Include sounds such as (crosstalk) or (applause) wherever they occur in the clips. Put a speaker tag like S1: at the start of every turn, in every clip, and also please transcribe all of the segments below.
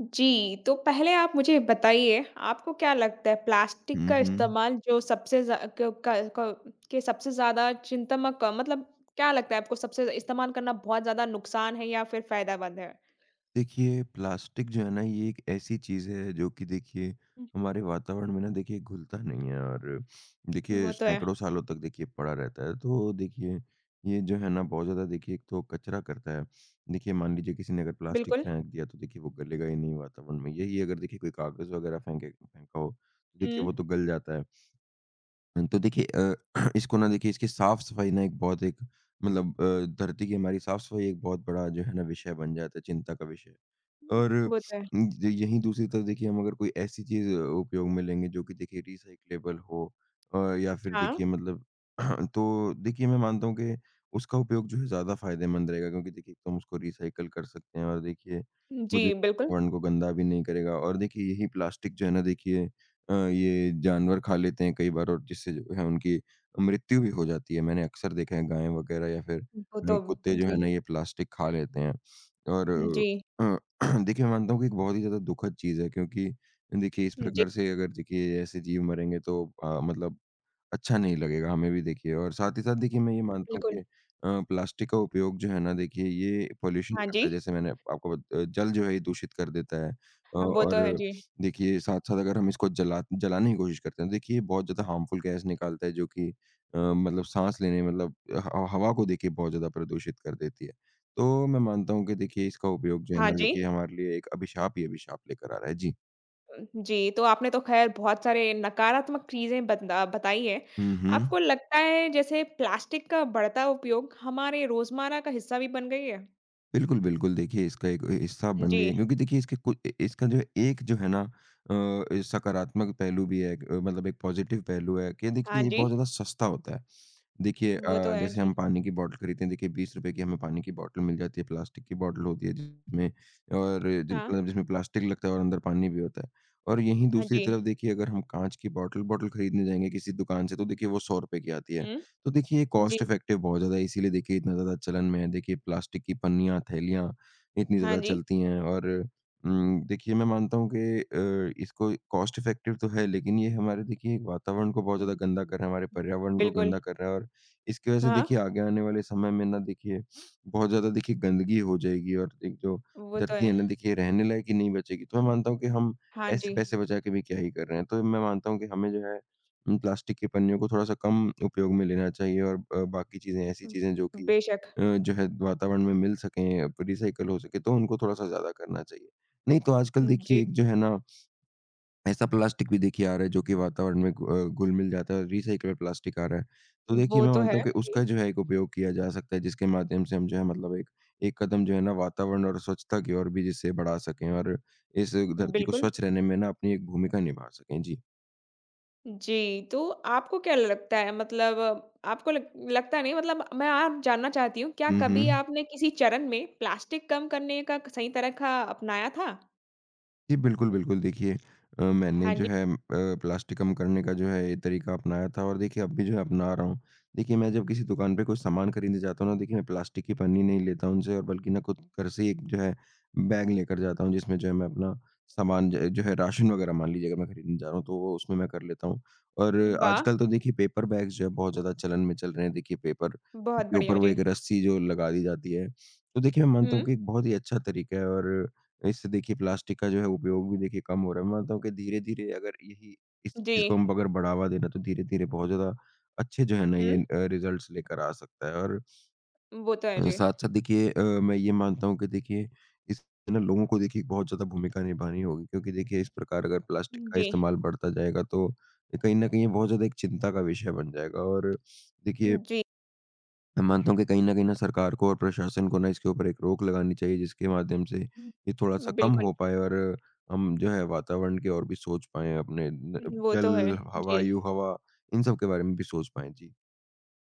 S1: जी, तो पहले आप मुझे बताइए, आपको क्या लगता है प्लास्टिक
S2: हुँ,
S1: का
S2: हुँ।
S1: इस्तेमाल जो सबसे ज़्या क क क के सबसे ज़्यादा चिंतामक मतलब क्या लगता है आपको सबसे इस्तेमाल करना बहुत ज़्यादा नुकसान है या फिर फ़ायदेमंद है?
S2: देखिए, प्लास्टिक जो है ना, ये एक ऐसी चीज़ है जो कि देखिए
S1: हुँ,
S2: हमारे वातावरण में ना देखिए घुलता नहीं है और देखिए
S1: वो तो है,
S2: सैकड़ों सालों तक देखिए पड़ा रहता है। तो देखिए, ये जो है ना बहुत ज़्यादा देखिए एक तो कचरा करता है। देखिए मान लीजिए किसी ने अगर प्लास्टिक
S1: बिल्कुल।
S2: फेंक दिया तो देखिए वो गलेगा ही नहीं वातावरण में। यही अगर देखिए कोई कागज़ वगैरह फेंके फेंका हो, तो
S1: हुँ,
S2: देखिए वो तो गल जाता है। तो देखिए (clears throat) इसको ना देखिए इसकी साफ-सफाई ना एक बहुत धरती की हमारी साफ-सफाई एक बहुत बड़ा जो है ना विषय बन जाता है, चिंता का विषय।
S1: हुँ,
S2: और
S1: वो तो है।
S2: उम, ज यहीं दूसरी तरफ देखिए हम अगर कोई ऐसी चीज़ उपयोग में लेंगे जो कि देखिए रिसाइक्लेबल हो या फिर
S1: हाँ,
S2: देखिए मतलब (clears throat) तो देखिए मैं मानता हूँ कि उसका उपयोग जो है ज़्यादा फ़ायदेमंद रहेगा क्योंकि देखिए तुम उसको रिसाइकल कर सकते हैं और देखिए वो
S1: जी,
S2: जो है
S1: बिल्कुल।
S2: वातावरण को गंदा भी नहीं करेगा और देखिए यही प्लास्टिक जो है ना देखिए ये जानवर खा लेते हैं कई बार और जिससे जो है उनकी मृत्यु भी हो जाती है। मैंने अक्सर देखा है गाय वगैरह या फिर
S1: वो तो
S2: कुत्ते जो है
S1: जी,
S2: ना ये प्लास्टिक खा लेते हैं। और
S1: जी,
S2: अ, (clears throat) देखिए मैं मानता हूँ कि एक बहुत ही ज़्यादा दुखद चीज़ है क्योंकि देखिए इस
S1: जी,
S2: प्रकार से अगर देखिए ऐसे जीव मरेंगे तो मतलब अच्छा नहीं लगेगा हमें भी देखिए और साथ ही साथ देखिए मैं ये मानता हूँ
S1: बिल्कुल।
S2: कि प्लास्टिक का उपयोग जो है ना देखिए ये पॉल्यूशन
S1: हाँ
S2: करता
S1: जी,
S2: है, जैसे मैंने आपको जल जो है ये दूषित कर देता है
S1: हाँ, वो तो है,
S2: और
S1: जी।
S2: देखिए साथ साथ अगर हम इसको जलाने की कोशिश करते हैं तो देखिए ये बहुत ज़्यादा हार्मफुल गैस निकालता है जो कि मतलब सांस लेने मतलब हवा को देखिए बहुत ज़्यादा प्रदूषित कर देती है। तो मैं मानता हूँ कि देखिए इसका उपयोग जो है
S1: हाँ
S2: ना
S1: जी।
S2: देखिए हमारे लिए एक अभिशाप ही अभिशाप लेकर आ रहा है जी।
S1: जी, तो आपने तो ख़ैर बहुत सारे नकारात्मक चीज़ें बताई हैं।
S2: हम्म, हम्म।
S1: आपको लगता है जैसे प्लास्टिक का बढ़ता उपयोग हमारे रोज़मर्रा का हिस्सा भी बन गई है?
S2: बिल्कुल, बिल्कुल। देखिए इसका एक हिस्सा बन
S1: जी।
S2: गई है क्योंकि देखिए इसके कु इ इसका जो है एक जो है ना सकारात्मक पहलू भी है, एक मतलब एक पॉज़िटिव पहलू है कि
S1: हाँ
S2: देखिए ये
S1: जी,
S2: बहुत ज़्यादा सस्ता होता है। देखिए
S1: वो तो है,
S2: जैसे हम
S1: जी।
S2: पानी की बॉटल खरीदते हैं, देखिए ₹20 की हमें पानी की बॉटल मिल जाती है, प्लास्टिक की बॉटल होती है जिसमें और जिम
S1: हाँ,
S2: मतलब जिसमें प्लास्टिक लगता है और अंदर पानी भी होता है। और यहीं
S1: हाँ
S2: दूसरी
S1: जी।
S2: तरफ देखिए अगर हम काँच की बॉटल बॉटल खरीदने जाएँगे किसी दुकान से तो देखिए वो ₹100 की आती है।
S1: हुँ,
S2: तो देखिए ये
S1: जी।
S2: कॉस्ट इफेक्टिव बहुत ज़्यादा है इसीलिए देखिए इतना ज़्यादा चलन में है। देखिए प्लास्टिक की पन्नियाँ, थैलियाँ इतनी
S1: हाँ
S2: ज़्यादा
S1: जी।
S2: चलती हैं और देखिए मैं मानता हूँ कि इसको कॉस्ट इफेक्टिव तो है लेकिन ये हमारे देखिए वातावरण को बहुत ज़्यादा
S1: ब-
S2: गंदा कर रहा है, हमारे पर्यावरण को
S1: बिल्कुल,
S2: गंदा कर रहा है और इसकी वजह से
S1: हाँ,
S2: देखिए आगे आने वाले समय में ना देखिए बहुत ज़्यादा देखिए गंदगी हो जाएगी और एक जो
S1: वो तो
S2: धरती है ना
S1: है।
S2: देखिए रहने लायक ही नहीं बचेगी। तो मैं मानता हूँ कि हम
S1: हाँ जी।
S2: ऐसे पैसे बचा के भी क्या ही कर रहे हैं। तो मैं मानता हूँ कि हमें जो है प्लास्टिक के पन्नियों को थोड़ा-सा कम उपयोग में लेना चाहिए और बाकी चीज़ें, ऐसी चीज़ें जो
S1: ब-
S2: कि
S1: बेशक,
S2: जो है वातावरण में मिल सकें, प रिसाइकिल हो सके तो उनको थोड़ा-सा ज़्यादा करना चाहिए। नहीं तो आजकल
S1: जी,
S2: देखिए एक जो है ना ऐसा प्लास्टिक भी देखिए आ रहा है जो कि वातावरण में घुल-मिल जाता है, रिसाइक्लेबल प्लास्टिक आ रहा है। तो देखिए
S1: वो
S2: मैं
S1: तो
S2: मानता
S1: है,
S2: हूँ कि
S1: जी,
S2: उसका जो है एक उपयोग किया जा सकता है, जिसके माध्यम से हम जो है मतलब एक एक कदम जो है ना वातावरण और स्वच्छता की ओर भी जिससे बढ़ा सकें और इस धरती को
S1: बिल्कुल।
S2: स्वच्छ रहने में ना अपनी एक भूमिका निभा सकें। जी।
S1: जी, तो आपको क्या लगता है मतलब आपको लग लगता नहीं मतलब मैं आप जानना चाहती हूँ, क्या
S2: हुँ,
S1: कभी
S2: हुँ।
S1: आपने किसी चरण में प्लास्टिक कम करने का सही तरीका अपनाया था?
S2: जी, बिल्कुल, बिल्कुल। देखिए मैंने
S1: हाँ
S2: जो
S1: जी,
S2: है प्लास्टिक कम करने का जो है ये तरीका अपनाया था और देखिए अब भी जो है अपना रहा हूँ। देखिए मैं जब किसी दुकान पे कुछ सामान खरीदने जाता हूँ ना देखिए मैं प्लास्टिक की पन्नी नहीं लेता उनसे और बल्कि ना खुद घर से ही एक जो है बैग लेकर जाता हूँ, जिसमें जो है मैं अपना सामान ज जो है राशन वग़ैरह, मान लीजिए अगर मैं खरीदने जा रहा हूँ तो वो उसमें मैं कर लेता हूँ। और
S1: वाह!
S2: आजकल तो देखिए पेपर बैग्स जो है बहुत ज़्यादा चलन में चल रहे हैं। देखिए पेपर
S1: बहुत
S2: के ऊपर
S1: बढ़िया,
S2: वो
S1: जी।
S2: एक रस्सी जो लगा दी जाती है। तो देखिए मैं मानता हूँ
S1: हुँ,
S2: कि एक बहुत ही अच्छा तरीका है और इससे देखिए प्लास्टिक का जो है उपयोग भी देखिए कम हो रहा है। मैं मानता हूँ कि धीरे-धीरे अगर यही इस
S1: जी।
S2: चीज़ को हम अगर बढ़ावा देना तो धीरे-धीरे बहुत ज़्यादा अच्छे जो है ना
S1: हुँ,
S2: ये रिज़ल्ट्स लेकर आ सकता है और
S1: वो तो है, जी।
S2: साथ-साथ देखिए मैं ये मानता हूँ कि देखिए इस ना लोगों को देखिए बहुत ज़्यादा भूमिका निभानी होगी क्योंकि देखिए इस प्रकार अगर प्लास्टिक का
S1: जी,
S2: इस्तेमाल बढ़ता जाएगा तो कहीं न कहीं ये बहुत ज़्यादा एक चिंता का विषय बन जाएगा और देखिए
S1: जी।
S2: मैं मानता हूँ कि कहीं न कहीं ना सरकार को और प्रशासन को ना इसके ऊपर एक रोक लगानी चाहिए जिसके माध्यम से ये थोड़ा-सा कम
S1: बिल्कुल,
S2: हो पाए और हम जो है वातावरण की ओर भी सोच पाएँ, अपने न
S1: वो तो है।
S2: जल, हवा,
S1: जी।
S2: वायु, हवा, इन सब के बारे में भी सोच पाएँ। जी।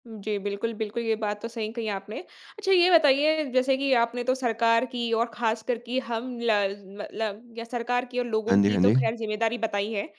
S1: जी, बिल्कुल, बिल्कुल, ये बात तो सही कही आपने। अच्छा ये बताइए जैसे कि आपने तो सरकार की और ख़ास कर कि हम ल मतलब या सरकार की और लोगों
S2: हाँ जी,
S1: की
S2: हाँ
S1: तो
S2: जी।
S1: ख़ैर ज़िम्मेदारी बताई है।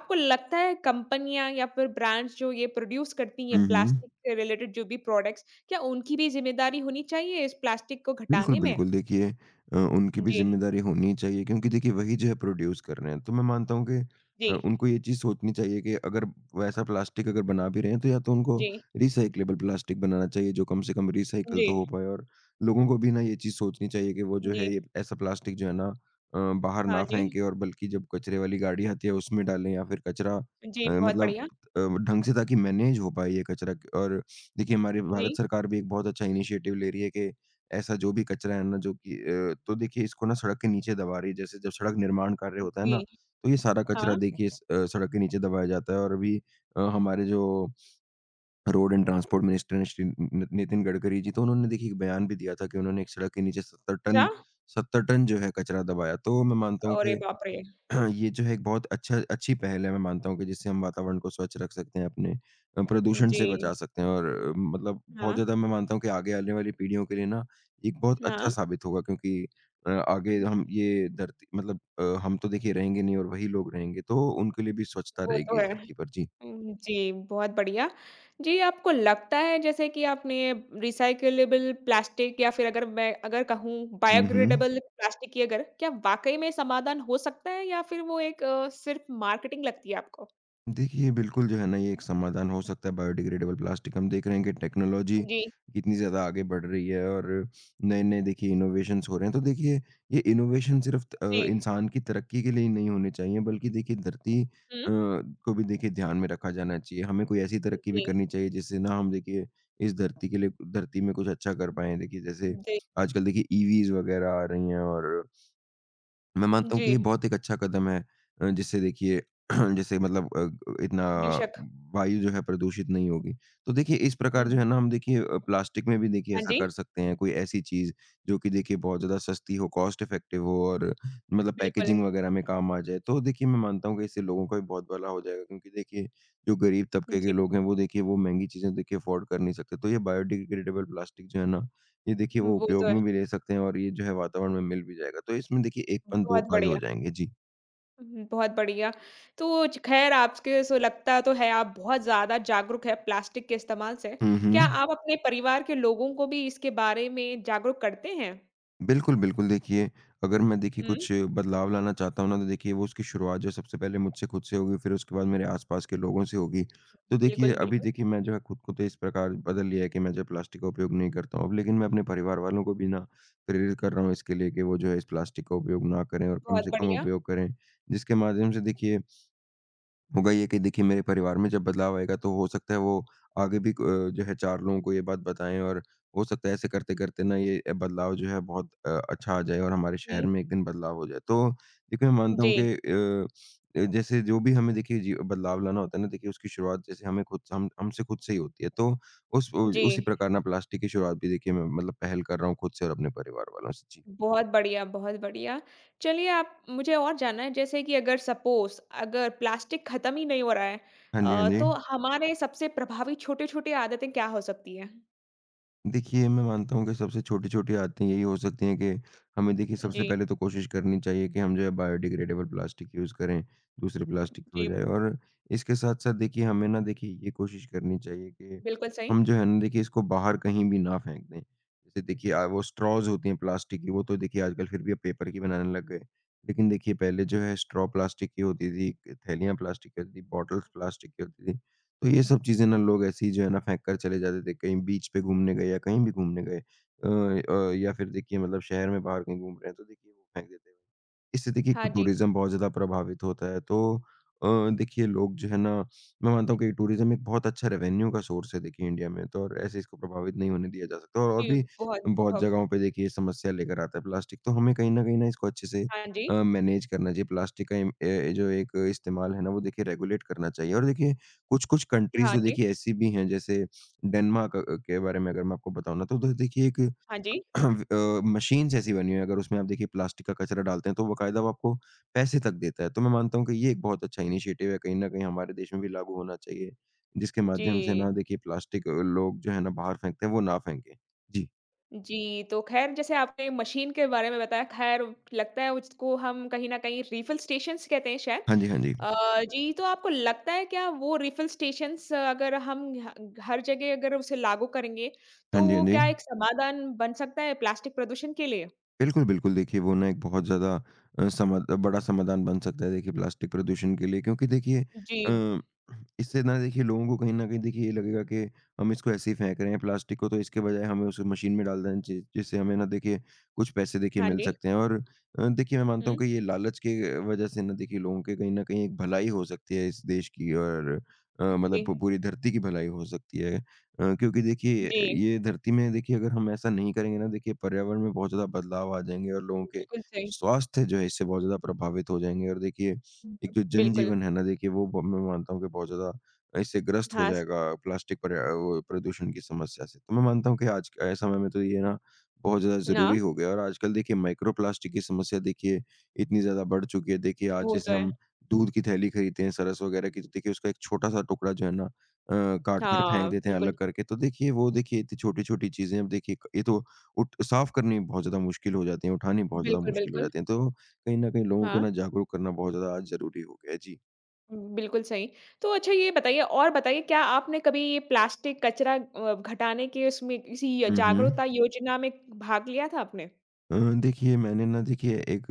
S1: आपको लगता है कंपनियाँ या फिर ब्रांड्स जो ये प्रोड्यूस करती हैं
S2: हुँ, हुँ।
S1: प्लास्टिक से रिलेटेड जो भी प्रोडक्ट्स, क्या उनकी भी ज़िम्मेदारी होनी चाहिए इस प्लास्टिक को
S2: बिल्कुल,
S1: घटाने में?
S2: बिल्कुल। देखिए उनकी भी
S1: जी,
S2: ज़िम्मेदारी होनी चाहिए क्योंकि देखिए वही जो है प्रोड्यूस कर रहे हैं। तो मैं मानता हूँ कि
S1: जी,
S2: उनको ये चीज़ सोचनी चाहिए कि अगर वैसा प्लास्टिक अगर बना भी रहे हैं तो या तो उनको
S1: जी,
S2: रिसाइक्लेबल प्लास्टिक बनाना चाहिए जो कम से कम रिसाइकल
S1: जी,
S2: तो हो पाए और लोगों को भी ना ये चीज़ सोचनी चाहिए कि वो जो
S1: जी,
S2: है ये ऐसा प्लास्टिक जो है ना बाहर
S1: हाँ
S2: ना
S1: जी।
S2: फेंके और बल्कि जब कचरे वाली गाड़ी आती है उसमें डालें या फिर कचरा
S1: जी,
S2: अ,
S1: बहुत
S2: मतलब
S1: बढ़िया।
S2: अ, ढंग से, ताकि मैनेज हो पाए ये कचरा। और देखिए हमारी भारत
S1: जी,
S2: सरकार भी एक बहुत अच्छा इनिशिएटिव ले रही है कि ऐसा जो भी कचरा है ना जो कि तो देखिए इसको ना सड़क के नीचे दबा रही है। जैसे जब सड़क निर्माण कार्य होता है ना,
S1: जी,
S2: तो ये सारा कचरा
S1: हाँ,
S2: देखिए सड़क के नीचे दबाया जाता है और अभी हमारे जो रोड एंड ट्रांसपोर्ट मिनिस्टर हैं श्री नि नितिन गडकरी जी, तो उन्होंने देखिए एक बयान भी दिया था कि उन्होंने एक सड़क के नीचे 70
S1: अच्छा,
S2: टन 70 टन जो है कचरा दबाया। तो मैं मानता हूँ
S1: अरे
S2: कि
S1: बाप रे!
S2: (clears throat) ये जो है एक बहुत अच्छी पहल है, मैं मानता हूँ कि जिससे हम वातावरण को स्वच्छ रख सकते हैं, अपने प्रदूषण
S1: जी,
S2: से बचा सकते हैं और मतलब बहुत
S1: हाँ,
S2: ज़्यादा, मैं मानता हूँ कि आगे आने वाली पीढ़ियों के लिए ना एक बहुत अच्छा
S1: हाँ।
S2: साबित होगा क्योंकि आगे हम ये धरती, मतलब हम तो देखिए रहेंगे नहीं और वही लोग रहेंगे, तो उनके लिए भी स्वच्छता
S1: वो तो
S2: रहेगी इस
S1: है।
S2: धरती पर। जी।
S1: जी, बहुत बढ़िया। जी, आपको लगता है जैसे कि आपने रिसाइक्लेबल प्लास्टिक या फिर अगर मैं अगर कहूँ
S2: हुँ, हुँ।
S1: बायोग्रेडेबल प्लास्टिक की अगर क्या वाक़ई में समाधान हो सकता है या फिर वो एक सिर्फ़ मार्केटिंग लगती है आपको?
S2: देखिए, बिल्कुल जो है ना ये एक समाधान हो सकता है, बायोडिग्रेडेबल प्लास्टिक। हम देख रहे हैं कि टेक्नोलॉजी
S1: जी,
S2: कितनी ज़्यादा आगे बढ़ रही है और नए-नए देखिए इनोवेशंस हो रहे हैं। तो देखिए ये इनोवेशन सिर्फ़
S1: जी।
S2: इंसान की तरक्की के लिए ही नहीं होने चाहिए बल्कि देखिए धरती
S1: हुँ,
S2: को भी देखिए ध्यान में रखा जाना चाहिए। हमें कोई ऐसी तरक्की भी
S1: जी।
S2: करनी चाहिए जिससे ना हम देखिए इस धरती के लिए, धरती में कुछ अच्छा कर पाएँ। देखिए जैसे
S1: जी,
S2: आजकल देखिए ईवीज़ वग़ैरह आ रही हैं और मैं मानता हूँ
S1: जी,
S2: कि ये बहुत एक अच्छा कदम है जिससे देखिए (clears throat) जैसे मतलब इतना
S1: बेशक।
S2: वायु जो है प्रदूषित नहीं होगी। तो देखिए इस प्रकार जो
S1: हुँ,
S2: है ना हम देखिए प्लास्टिक में भी देखिए
S1: हाँ
S2: ऐसा
S1: जी,
S2: कर सकते हैं, कोई ऐसी चीज जो कि देखिए बहुत ज्यादा सस्ती हो, कॉस्ट इफेक्टिव हो और मतलब
S1: बिल्कुल।
S2: पैकेजिंग वगैरह में काम आ जाए, तो देखिए मैं मानता हूँ कि इससे लोगों का भी बहुत भला हो जाएगा क्योंकि देखिए जो गरीब तबके
S1: जी,
S2: के लोग हैं वो देखिए वो महंगी चीजें देखिए अफोर्ड कर नहीं सकते, तो ये बायोडिग्रेडेबल प्लास्टिक जो है ना ये देखिए वो
S1: वो तो
S2: उपयोग
S1: है।
S2: में भी ले सकते हैं और ये जो है वातावरण में मिल भी जाएगा। तो इसमें देखिए एक पन दो
S1: बहुत
S2: काज हो
S1: बढ़िया।
S2: जाएँगे। जी।
S1: हुँ, बहुत बढ़िया। तो च ख़ैर आपके सो लगता तो है आप बहुत ज़्यादा जागरूक हैं प्लास्टिक के इस्तेमाल से।
S2: हुँ,
S1: क्या
S2: हुँ।
S1: आप अपने परिवार के लोगों को भी इसके बारे में जागरूक करते हैं?
S2: बिल्कुल, बिल्कुल। देखिए अगर मैं देखिए
S1: हुँ,
S2: कुछ बदलाव लाना चाहता हूँ ना तो देखिए वो, उसकी शुरुआत जो सबसे पहले मुझसे खुद से होगी, फिर उसके बाद मेरे आस-पास के लोगों से होगी। तो देखिए
S1: बिल्कुल,
S2: अभी
S1: बिल्कुल।
S2: देखिए मैं जो है खुद को तो इस प्रकार बदल लिया है कि मैं जो प्लास्टिक का उपयोग नहीं करता हूँ अब, लेकिन मैं अपने परिवार वालों को भी ना प्रेरित कर रहा हूँ इसके लिए कि वो जो है इस प्लास्टिक का उपयोग ना करें और कम
S1: बहुत
S2: से कम
S1: बढ़िया।
S2: उपयोग करें। जिसके माध्यम से देखिए होगा ये कि देखिए मेरे परिवार में जब बदलाव आएगा तो हो सकता है वो आगे भी जो है 4 लोगों को ये बात बताएँ और हो सकता है ऐसे करते-करते ना ये बदलाव जो है बहुत अच्छा आ जाए और हमारे शहर
S1: हुँ,
S2: में एक दिन बदलाव हो जाए। तो देखिए मैं मानता
S1: जी,
S2: हूँ कि जैसे जो भी हमें देखिए जी बदलाव लाना होता है ना, देखिए उसकी शुरुआत जैसे हमें खुद से हम हमसे खुद से ही होती है। तो उस उ उसी
S1: जी।
S2: प्रकार ना प्लास्टिक की शुरुआत भी देखिए मैं मतलब पहल कर रहा हूँ खुद से और अपने परिवार वालों से। जी।
S1: बहुत बढ़िया, बहुत बढ़िया। चलिए आप मुझे और जानना है जैसे कि अगर सपोज़ अगर प्लास्टिक ख़त्म ही नहीं हो रहा है
S2: हाँ जी, हाँ जी।
S1: तो हमारे सबसे प्रभावी छोटे-छोटे आदतें क्या हो सकती हैं?
S2: देखिए, मैं मानता हूँ कि सबसे छोटी-छोटी आदतें यही हो सकती हैं कि हमें देखिए सबसे
S1: जी,
S2: पहले तो कोशिश करनी चाहिए कि हम जो है बायोडिग्रेडेबल प्लास्टिक यूज़ करें, दूसरे प्लास्टिक की
S1: जी,
S2: बजाय। और इसके साथ-साथ देखिए हमें ना देखिए ये कोशिश करनी चाहिए कि
S1: बिल्कुल सही।
S2: हम जो है ना देखिए इसको बाहर कहीं भी ना फेंक दें। जैसे देखिए वो स्ट्रॉज़ होती हैं प्लास्टिक की, वो तो देखिए आजकल फिर भी अब पेपर की बनाने लग गए। लेकिन देखिए पहले जो है स्ट्रॉ प्लास्टिक की होती थी, थैलियाँ प्लास्टिक की होती थी, बॉटल्स प्लास्टिक की होती थी। तो ये सब चीज़ें ना लोग ऐसे ही जो है ना फेंक कर चले जाते थे, कहीं बीच पे घूमने गए या कहीं भी घूमने गए या फिर देखिए मतलब शहर में बाहर कहीं घूम रहे हैं तो देखिए वो फेंक देते हैं। इससे देखिए
S1: हाँ जी।
S2: टूरिज़्म बहुत ज़्यादा प्रभावित होता है। तो देखिए लोग जो है ना मैं मानता हूँ कि टूरिज़्म एक बहुत अच्छा रेवेन्यू का सोर्स है देखिए इंडिया में। तो और ऐसे इसको प्रभावित नहीं होने दिया जा सकता, और
S1: जी,
S2: भी
S1: बहुत
S2: बहुत
S1: खूब।
S2: जगहों पे देखिए ये समस्या लेकर आता है प्लास्टिक, तो हमें कहीं न कहीं ना इसको अच्छे से
S1: हाँ जी,
S2: मैनेज करना चाहिए। प्लास्टिक का जो एक इस्तेमाल है ना वो देखिए रेगुलेट करना चाहिए। और देखिए कुछ-कुछ कंट्रीज़
S1: हाँ
S2: तो
S1: जी,
S2: देखिए ऐसी भी हैं, जैसे डेनमार्क के बारे में अगर मैं आपको बताऊँ ना, तो उधर देखिए एक
S1: हाँ जी।
S2: (clears throat) मशीन्स ऐसी बनी हुई है। अगर उसमें आप देखिए प्लास्टिक का कचरा डालते हैं, तो बकायदा वो आपको पैसे तक देता है। तो मैं मानता हूँ कि ये एक बहुत अच्छा इनिशिएटिव है, कहीं न कहीं हमारे देश में भी लागू होना चाहिए, जिसके
S1: जी,
S2: माध्यम से ना देखिए प्लास्टिक लोग जो है ना बाहर फेंकते हैं, वो ना फेंकें। जी।
S1: जी, तो ख़ैर जैसे आपने मशीन के बारे में बताया, ख़ैर लगता है उसको हम कहीं न कहीं रिफ़िल स्टेशंस कहते हैं शायद।
S2: हाँ जी, हाँ जी।
S1: अ, जी, तो आपको लगता है क्या वो रिफ़िल स्टेशंस अगर हम ह हर जगह अगर उसे लागू करेंगे,
S2: हाँ
S1: तो
S2: जी, हाँ
S1: वो
S2: जी।
S1: क्या एक समाधान बन सकता है प्लास्टिक प्रदूषण के लिए?
S2: बिल्कुल, बिल्कुल। देखिए वो ना एक बहुत ज़्यादा समाध बड़ा समाधान बन सकता है देखिए प्लास्टिक प्रदूषण के लिए, क्योंकि देखिए
S1: जी,
S2: अ, इससे ना देखिए लोगों को कहीं न कहीं देखिए ये लगेगा कि हम इसको ऐसे ही फेंक रहे हैं प्लास्टिक को, तो इसके बजाय हमें उसे मशीन में डाल देना चाहिए, जिससे हमें ना देखिए कुछ पैसे देखिए
S1: हाँ
S2: मिल
S1: जी।
S2: सकते हैं। और देखिए मैं मानता हूँ
S1: हुँ,
S2: कि ये लालच के वज़ह से ना देखिए लोगों के कहीं न कहीं एक भलाई हो सकती है इस देश की और
S1: जी,
S2: मतलब पू पूरी धरती की भलाई हो सकती है। क्योंकि देखिए
S1: जी,
S2: ये धरती में देखिए अगर हम ऐसा नहीं करेंगे ना, देखिए पर्यावरण में बहुत ज़्यादा बदलाव आ जाएँगे और लोगों के
S1: बिल्कुल सही।
S2: स्वास्थ्य जो है इससे बहुत ज़्यादा प्रभावित हो जाएँगे। और देखिए एक जो
S1: बिल्कुल,
S2: जनजीवन है ना देखिए वो ब मैं मानता हूँ कि बहुत ज़्यादा इससे ग्रस्त हो
S1: हाँ, स
S2: जाएगा, प्लास्टिक पर्या वो प्रदूषण की समस्या से। तो मैं मानता हूँ कि आज के समय में तो ये ना बहुत ज़्यादा
S1: ना,
S2: ज़रूरी हो गया है, और आजकल देखिए माइक्रो प्लास्टिक की समस्या देखिए इतनी ज़्यादा बढ़ चुकी है। देखिए आज
S1: वो तो
S2: जैसे
S1: है।
S2: हम दूध की थैली खरीदते हैं, सरस वगैरह की, तो देखिए उसका एक छोटा-सा टुकड़ा जो है ना अ, काट कर फेंक
S1: हाँ,
S2: देते हैं
S1: बिल्कुल।
S2: अलग करके। तो देखिए वो देखिए इतनी छोटी-छोटी चीज़ें अब देखिए क ये तो उठ साफ़ करनी बहुत ज़्यादा मुश्किल हो जाती हैं, उठानी बहुत ज़्यादा
S1: बिल्कुल,
S2: मुश्किल हो
S1: बिल्कुल।
S2: जाती हैं। तो कहीं न कहीं लोगों को
S1: हाँ,
S2: ना जागरूक करना बहुत ज़्यादा आज ज़रूरी हो गया है। जी।
S1: बिल्कुल सही। तो अच्छा ये बताइए और बताइए क्या आपने कभी ये प्लास्टिक कचरा घटाने के उसमें किसी
S2: हुँ, हुँ।
S1: जागरूकता योजना में भाग लिया था आपने?
S2: देखिए मैंने ना देखिए एक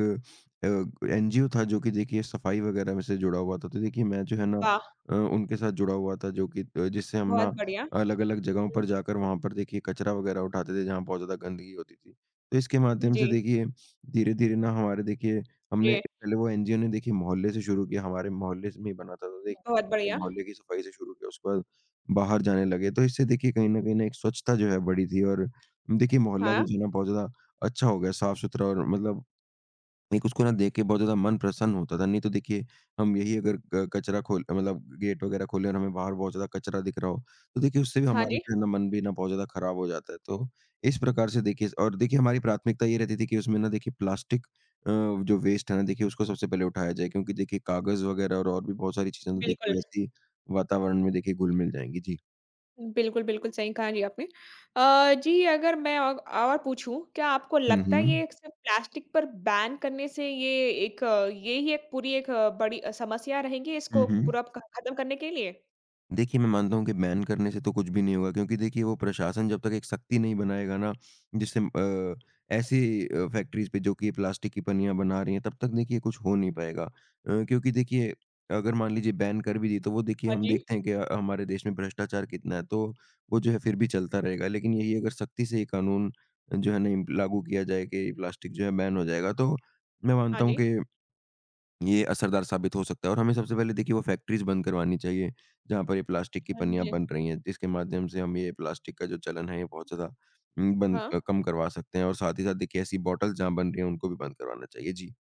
S2: एनजीओ था जो कि देखिए सफाई वगैरह में से जुड़ा हुआ था। तो देखिए मैं जो है ना
S1: वाह!
S2: उनके साथ जुड़ा हुआ था, जो कि जिससे हम
S1: बहुत
S2: ना
S1: बढ़िया।
S2: अलग-अलग जगहों
S1: हुँ,
S2: पर जाकर वहाँ पर देखिए कचरा वगैरह उठाते थे जहाँ बहुत ज़्यादा गंदगी होती थी। तो इसके माध्यम
S1: जी,
S2: से देखिए धीरे-धीरे ना हमारे देखिए हमने
S1: जी,
S2: पहले वो एनजीओ ने देखिए मोहल्ले से शुरू किया, हमारे मोहल्ले से में ही बना था। तो देखिए
S1: बहुत
S2: पहले
S1: बढ़िया।
S2: मोहल्ले की सफाई से शुरू किया, उसके बाद बाहर जाने लगे। तो इससे देखिए कहीं न कहीं ना एक स्वच्छता जो है बढ़ी थी और देखिए मोहल्ला भी
S1: हाँ,
S2: जो है ना बहुत ज़्यादा अच्छा हो गया, साफ-सुथरा, और मतलब एक उसको ना देख के बहुत ज़्यादा मन प्रसन्न होता था। नहीं तो देखिए, हम यही अगर क कचरा खोल मतलब गेट वगैरह खोलें और हमें बाहर बहुत ज़्यादा कचरा दिख रहा हो, तो देखिए उससे भी
S1: हाँ
S2: हमारा
S1: जी,
S2: जो है ना मन भी ना बहुत ज़्यादा खराब हो जाता है। तो इस प्रकार से देखिए और देखिए हमारी प्राथमिकता ये रहती थी कि उसमें ना देखिए प्लास्टिक अ, जो वेस्ट है ना, देखिए उसको सबसे पहले उठाया जाए, क्योंकि देखिए कागज़ वगैरह और भी बहुत सारी चीज़ें तो देखिए
S1: बिल्कुल।
S2: वैसे ही वातावरण में देखिए घुल-मिल जाएँगी। जी।
S1: बिल्कुल, बिल्कुल सही कहा जी आपने। जी अगर मैं औ और पूछूँ, क्या आपको
S2: हुँ,
S1: लगता है
S2: हुँ।
S1: ये सिर्फ़ प्लास्टिक पर बैन करने से ये एक यही एक पूरी एक बड़ी समस्या रहेगी
S2: हुँ,
S1: इसको
S2: हुँ।
S1: पूरा ख़त्म करने के लिए?
S2: देखिए, मैं मानता हूँ कि बैन करने से तो कुछ भी नहीं होगा, क्योंकि देखिए वो प्रशासन जब तक एक सख्ती नहीं बनाएगा ना, जिससे ऐसी फैक्ट्रीज़ पे जो कि ये प्लास्टिक की पनियाँ बना रही हैं, तब तक देखिए कुछ हो नहीं पाएगा। क्योंकि देखिए अगर मान लीजिए बैन कर भी दी, तो वो देखिए
S1: हाँ
S2: हम
S1: जी,
S2: देखते हैं कि हमारे देश में भ्रष्टाचार कितना है, तो वो जो है फिर भी चलता रहेगा। लेकिन यही अगर सख्ती से ये कानून जो है ना लागू किया जाए कि प्लास्टिक जो है बैन हो जाएगा, तो मैं
S1: हाँ
S2: मानता हूँ
S1: जी,
S2: कि ये असरदार साबित हो सकता है, और हमें सबसे पहले देखिए वो फैक्ट्रीज़ बंद करवानी चाहिए, जहाँ पर ये प्लास्टिक की
S1: हाँ
S2: पन्नियाँ
S1: जी,
S2: बन रही हैं, जिसके माध्यम से हम ये प्लास्टिक का जो चलन है ये बहुत ज़्यादा
S1: हाँ,
S2: कम करवा सकते हैं, और साथ ही साथ देखिए ऐसी बॉटल्स जहाँ बन रही हैं उनको भी बंद करवाना चाहिए। जी।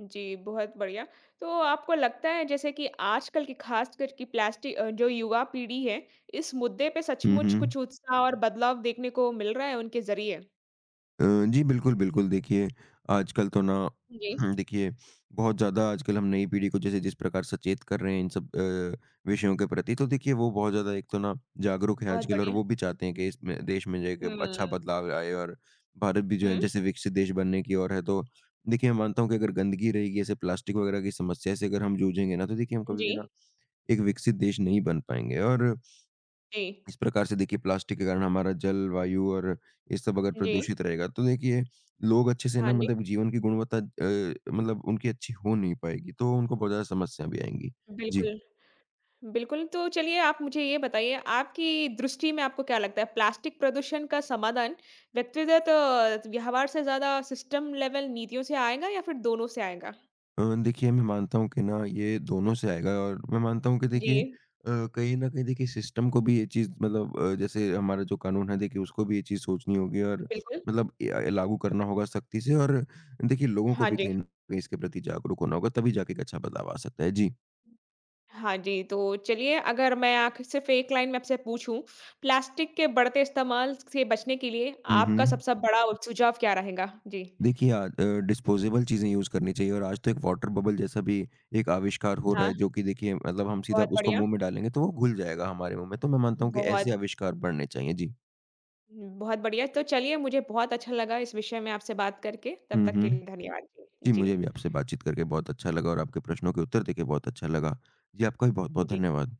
S1: जी, बहुत बढ़िया। तो आपको लगता है जैसे कि आजकल की ख़ासकर कि जो युवा पीढ़ी है, इस मुद्दे पे
S2: हुँ,
S1: सचमुच
S2: हुँ।
S1: कुछ उत्साह और बदलाव देखने को मिल रहा है उनके ज़रिए?
S2: अ, जी, बिल्कुल, बिल्कुल। देखिए, आजकल तो ना
S1: जी,
S2: देखिए, बहुत ज़्यादा आजकल हम नई पीढ़ी को जैसे जिस प्रकार सचेत कर रहे हैं इन सब विषयों के प्रति, तो देखिए वो बहुत ज़्यादा एक तो ना जागरूक है
S1: बहुत
S2: आजकल, और
S1: बढ़िया।
S2: वो भी चाहते हैं कि इसमें देश में जो एक
S1: हुँ,
S2: अच्छा बदलाव आए और भारत भी जो है
S1: हुँ,
S2: जैसे विकसित देश बनने की ओर है। तो देखिए, मैं मानता हूँ कि अगर गंदगी रहेगी, ऐसे प्लास्टिक वगैरह की समस्या से अगर हम जूझेंगे ना, तो देखिए हम कभी
S1: जी,
S2: भी ना एक विकसित देश नहीं बन पाएँगे और
S1: जी,
S2: इस प्रकार से देखिए प्लास्टिक के कारण हमारा जल, वायु और ये सब अगर
S1: जी,
S2: प्रदूषित रहेगा तो देखिए लोग अच्छे से
S1: हाँ
S2: ना,
S1: जी,
S2: मतलब जीवन की गुणवत्ता मतलब उनकी अच्छी हो नहीं पाएगी, तो उनको बहुत ज़्यादा समस्या भी आएँगी। जी।
S1: बिल्कुल। बिल्कुल, तो चलिए आप मुझे ये बताइए, आपकी दृष्टि में आपको क्या लगता है प्लास्टिक प्रदूषण का समाधान व्यक्तिगत व्यवहार से ज़्यादा सिस्टम लेवल नीतियों से आएगा या फिर दोनों से आएगा?
S2: देखिए मैं मानता हूँ कि ना ये दोनों से आएगा, और मैं मानता हूँ कि देखिए
S1: जी,
S2: कहीं न कहीं देखिए सिस्टम को भी ये चीज़, मतलब जैसे हमारा जो कानून है देखिए उसको भी ये चीज़ सोचनी होगी और
S1: बिल्कुल।
S2: मतलब लागू करना होगा सख्ती से, और देखिए लोगों को
S1: हाँ
S2: भी
S1: जी।
S2: कहीं न कहीं इसके प्रति जागरूक होना होगा, तभी जाके एक अच्छा बदलाव आ सकता है। जी।
S1: हाँ जी, तो चलिए अगर मैं आख सिर्फ़ एक लाइन में आपसे पूछूँ, प्लास्टिक के बढ़ते इस्तेमाल से बचने के लिए
S2: हुँ,
S1: आपका
S2: हुँ।
S1: सबसे बड़ा सुझाव क्या रहेगा? जी।
S2: देखिए डिस्पोजेबल चीज़ें यूज़ करनी चाहिए, और आज तो एक वाटर बबल जैसा भी एक आविष्कार हो रहा
S1: हाँ,
S2: है, जो कि देखिए मतलब हम सीधा
S1: बहुत
S2: उसको
S1: बढ़िया,
S2: मुँह में डालेंगे तो वो घुल जाएगा हमारे मुँह में। तो मैं मानता हूँ कि ऐसे
S1: बहुत
S2: आविष्कार बढ़ने चाहिए। जी।
S1: हुँ, बहुत बढ़िया। तो चलिए मुझे बहुत अच्छा लगा इस विषय में आपसे बात करके। तब
S2: हुँ,
S1: तक
S2: हुँ।
S1: के लिए धन्यवाद
S2: जी,
S1: जी।
S2: मुझे भी आपसे बातचीत करके बहुत अच्छा लगा और आपके प्रश्नों के उत्तर देके बहुत अच्छा लगा। जी, आपका भी
S1: जी,
S2: बहुत-बहुत
S1: जी।
S2: धन्यवाद।